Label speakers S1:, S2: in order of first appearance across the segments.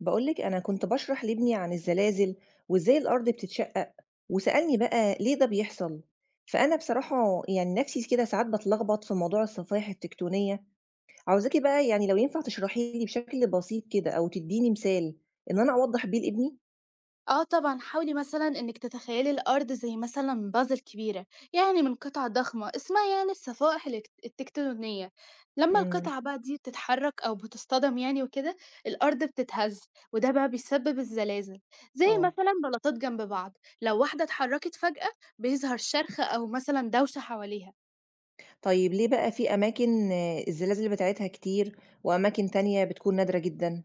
S1: بقولك، أنا كنت بشرح لابني عن الزلازل وإزاي الأرض بتتشقق، وسألني بقى ليه ده بيحصل. فأنا بصراحة يعني نفسي كده ساعات بتلخبط في موضوع الصفائح التكتونية. عاوزاكي بقى يعني لو ينفع تشرحي لي بشكل بسيط كده أو تديني مثال إن أنا أوضح بيه لابني.
S2: آه طبعًا، حاولي مثلًا إنِّك تتخيلي الأرض زي مثلًا بازل كبيرة، يعني من قطع ضخمة اسمها يعني الصفائح التكتونية. لمّا
S1: امم.
S2: القطعة بقى دي بتتحرك أو بتصطدم يعني وكده، الأرض بتتهز، وده بقى بيسبب الزلازل، زي
S1: اه.
S2: مثلًا بلاطات جنب بعض، لو واحدة اتحركت فجأة بيظهر شرخ أو مثلًا دوشة حواليها.
S1: طيب ليه بقى في أماكن الزلازل بتاعتها كتير، وأماكن تانية بتكون نادرة جدا.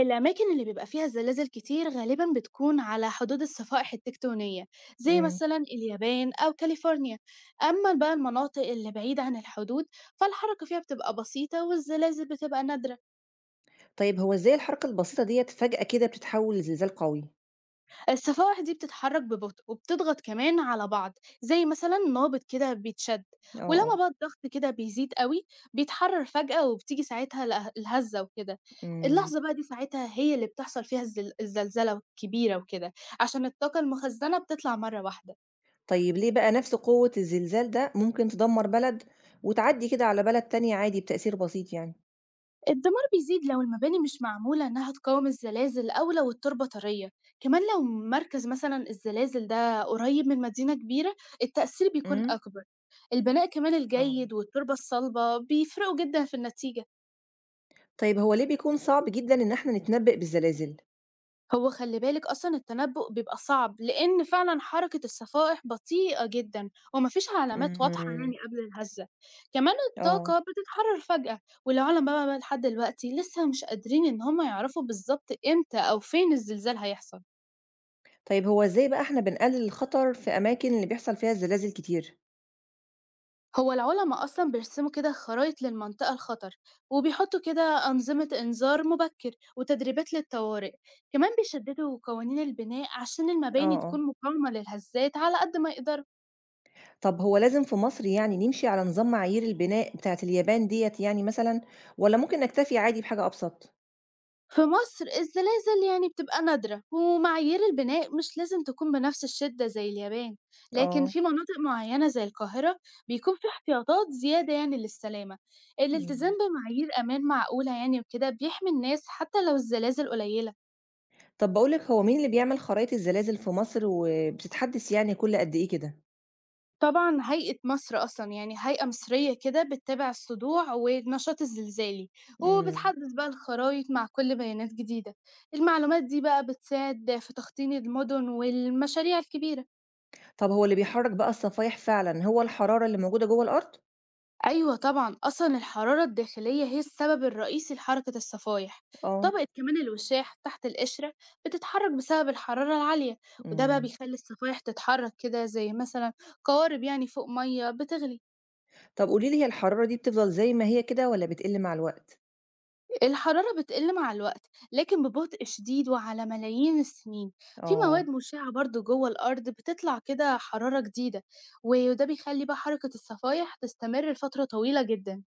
S2: الأماكن اللي بيبقى فيها الزلازل كتير غالبا بتكون على حدود الصفائح التكتونية زي
S1: امم.
S2: مثلا اليابان أو كاليفورنيا. أما بقى المناطق اللي بعيدة عن الحدود فالحركة فيها بتبقى بسيطة والزلازل بتبقى نادرة.
S1: طيب هو إزاي الحركة البسيطة ديت فجأة كده بتتحول لزلزال قوي؟
S2: الصفائح دي بتتحرك ببطء وبتضغط كمان على بعض، زي مثلا نابض كده بيتشد.
S1: اه، اه.
S2: ولما بقى الضغط كده بيزيد قوي بيتحرر فجأة وبتيجي ساعتها الهزة وكده.
S1: امم.
S2: اللحظة بقى دي ساعتها هي اللي بتحصل فيها الزلزلة الكبيرة وكده، عشان الطاقة المخزنة بتطلع مرة واحدة.
S1: طيب ليه بقى نفس قوة الزلزال ده ممكن تدمّر بلد، وتعدّي كده على بلد تانية عادي بتأثير بسيط يعني؟
S2: الدمار بيزيد لو المباني مش معمولة إنها تقاوم الزلازل أو لو التربة طرية، كمان لو مركز مثلا الزلازل ده قريب من مدينة كبيرة التأثير بيكون
S1: إمم،
S2: أكبر. البناء كمان
S1: آه.
S2: الجيد والتربة الصلبة بيفرقوا جدا في النتيجة.
S1: طيب هو ليه بيكون صعب جدًا إن إحنا نتنبّأ بالزلازل؟
S2: هو خلّي بالِك أصلًا التنبُّؤ بيبقى صعب، لإن فعلًا حركة الصفائح بطيئة جدًا وما فيش علامات واضحة
S1: إمم.
S2: يعني قبل الهزّة. كمان الطاقة
S1: آه.
S2: بتتحرّر فجأة والعُلما بقى لحد دلوقتي لسه مش قادرين إن هم يعرفوا بالضبط إمتى أو فين الزلزال هيحصل.
S1: طيب هو إزاي بقى إحنا بنقلل الخطر في أماكن اللي بيحصل فيها الزلازل كتير؟
S2: هو العُلما أصلًا بيرسموا كده خرايط للمنطقة الخطر وبيحطّوا كده أنظمة إنذار مبكِّر وتدريبات للطوارئ. كمان بيشدّدوا قوانين البناء عشان
S1: آه،
S2: المباني
S1: آه.
S2: تكون مقاومة للهزّات على قد ما يقدروا.
S1: طب هو لازم في مصر يعني نمشي على نظام معايير البناء بتاعة اليابان ديّة يعني مثلًا، والّا ممكن نكتفي عادي بحاجة أبسط؟
S2: في مصر الزلازل يعني بتبقى نادرة ومعايير البناء مش لازم تكون بنفس الشدة زي اليابان، لكن
S1: آه،
S2: في مناطق معينة زي القاهرة بيكون في احتياطات زيادة يعني للسلامة. الالتزام
S1: إمم.
S2: بمعايير أمان معقولة يعني وكده بيحمي الناس حتى لو الزلازل قليلة.
S1: طب باقول لِك، هو مين اللي بيعمل خرايط الزلازل في مصر وبتتحدث يعني كل قد إيه كده؟
S2: طبعا هيئة مصر أصلا يعني هيئة مصرية كده بتتابع الصدوع والنشاط الزلزالي
S1: إمم.
S2: وبتحدد بقى الخرائط مع كل بيانات جديدة. المعلومات دي بقى بتساعد في تخطيط المدن والمشاريع الكبيرة.
S1: طب هو اللي بيحرّك بقى الصفايح فعلًا هو الحرارة اللي موجودة جوّه الأرض؟
S2: أيوه طبعًا، أصلًا الحرارة الداخلية هي السبب الرئيسي لحركة الصفايح،
S1: آه.
S2: طبقة كمان الوشاح تحت القشرة بتتحرك بسبب الحرارة العالية، وده بقى
S1: إمم.
S2: بيخلي الصفايح تتحرك كده زي مثلًا قوارب يعني فوق مَيّة بتغلي.
S1: طب قولي لي هي الحرارة دي بتفضل زي ما هي كده والّا بتقِل مع الوقت؟
S2: الحرارة بتقل مع الوقت لكن ببطء شديد وعلى ملايين السنين. في
S1: آه.
S2: مواد مشعة برضه جوه الأرض بتطلع كده حرارة جديدة، وده بيخلي بقى حركة الصفايح تستمر لفترة طويلة جدًا.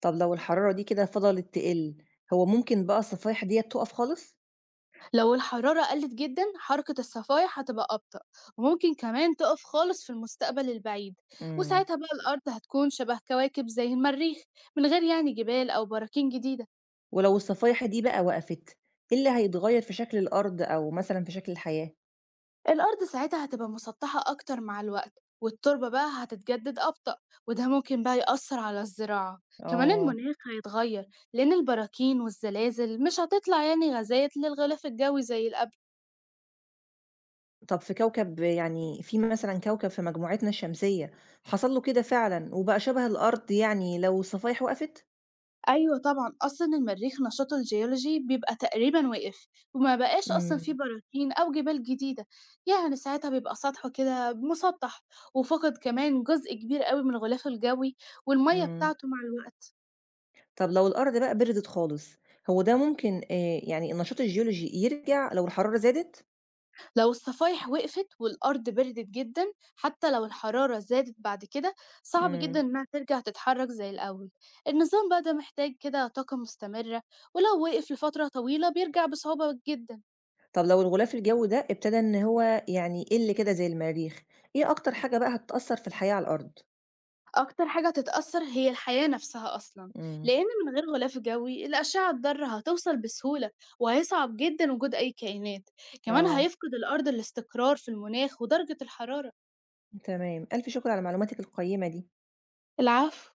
S1: طب لو الحرارة دي كده فضلت تقِل، هو ممكن بقى الصفايح ديّة تُقف خالص؟
S2: لو الحرارة قلت جدا حركة الصفايح هتبقى أبطأ وممكن كمان تقف خالص في المستقبل البعيد.
S1: إمم.
S2: وساعتها بقى الأرض هتكون شبه كواكب زي المريخ، من غير يعني جبال أو براكين جديدة.
S1: ولو الصفايح دي بقى وقفت، إيه اللي هيتغيّر في شكل الأرض أو مثلًا في شكل الحياة؟
S2: الأرض ساعتها هتبقى مسطحة أكتر مع الوقت، والتربة بقى هتتجدد أبطأ، وده ممكن بقى يأثر على الزراعة. كمان
S1: آه.
S2: المناخ هيتغير لأن البراكين والزلازل مش هتطلع يعني غازات للغلاف الجوي زي القبل.
S1: طب في كوكب يعني في مثلًا كوكب في مجموعتنا الشمسية حصل له كده فعلًا وبقى شبه الأرض يعني لو الصفايح وقفت؟
S2: أيوه طبعًا، أصلًا المريخ نشاطه الجيولوجي بيبقى تقريبًا وقف، وما بقاش أصلًا في
S1: إمم،
S2: براكين أو جبال جديدة، يعني ساعتها بيبقى سطحه كده مسطح، وفقد كمان جزء كبير أوي من غلافه الجوي والمَيّة
S1: إمم.
S2: بتاعته مع الوقت.
S1: طب لو الأرض بقى بردت خالص، هو ده ممكن يعني النشاط الجيولوجي يرجع لو الحرارة زادت؟
S2: لو الصفايح وقفت والأرض بردت جدًا، حتى لو الحرارة زادت بعد كده، صعب جدًا
S1: إمم.
S2: إنها ترجع تتحرك زي الأول. النظام بقى ده محتاج كده طاقة مستمرة، ولو وقف لفترة طويلة بيرجع بصعوبة جدًا.
S1: طب لو الغلاف الجوي ده ابتدى إن هو يعني يقل كده زي المريخ، إيه أكتر حاجة بقى هتتأثر في الحياة على الأرض؟
S2: أكتر حاجة هتتأثّر هي الحياة نَفْسها أصلًا،
S1: إمم.
S2: لإن من غير غلاف جوي الأشعة الضارة هتوصل بسهولة، وهيصعب جدًا وجود أي كائنات، كمان
S1: آه،
S2: هيفقد الأرض الاستقرار في المناخ ودرجة الحرارة.
S1: تمام. ألف شكر على معلوماتِك القيّمة دي.
S2: العفو.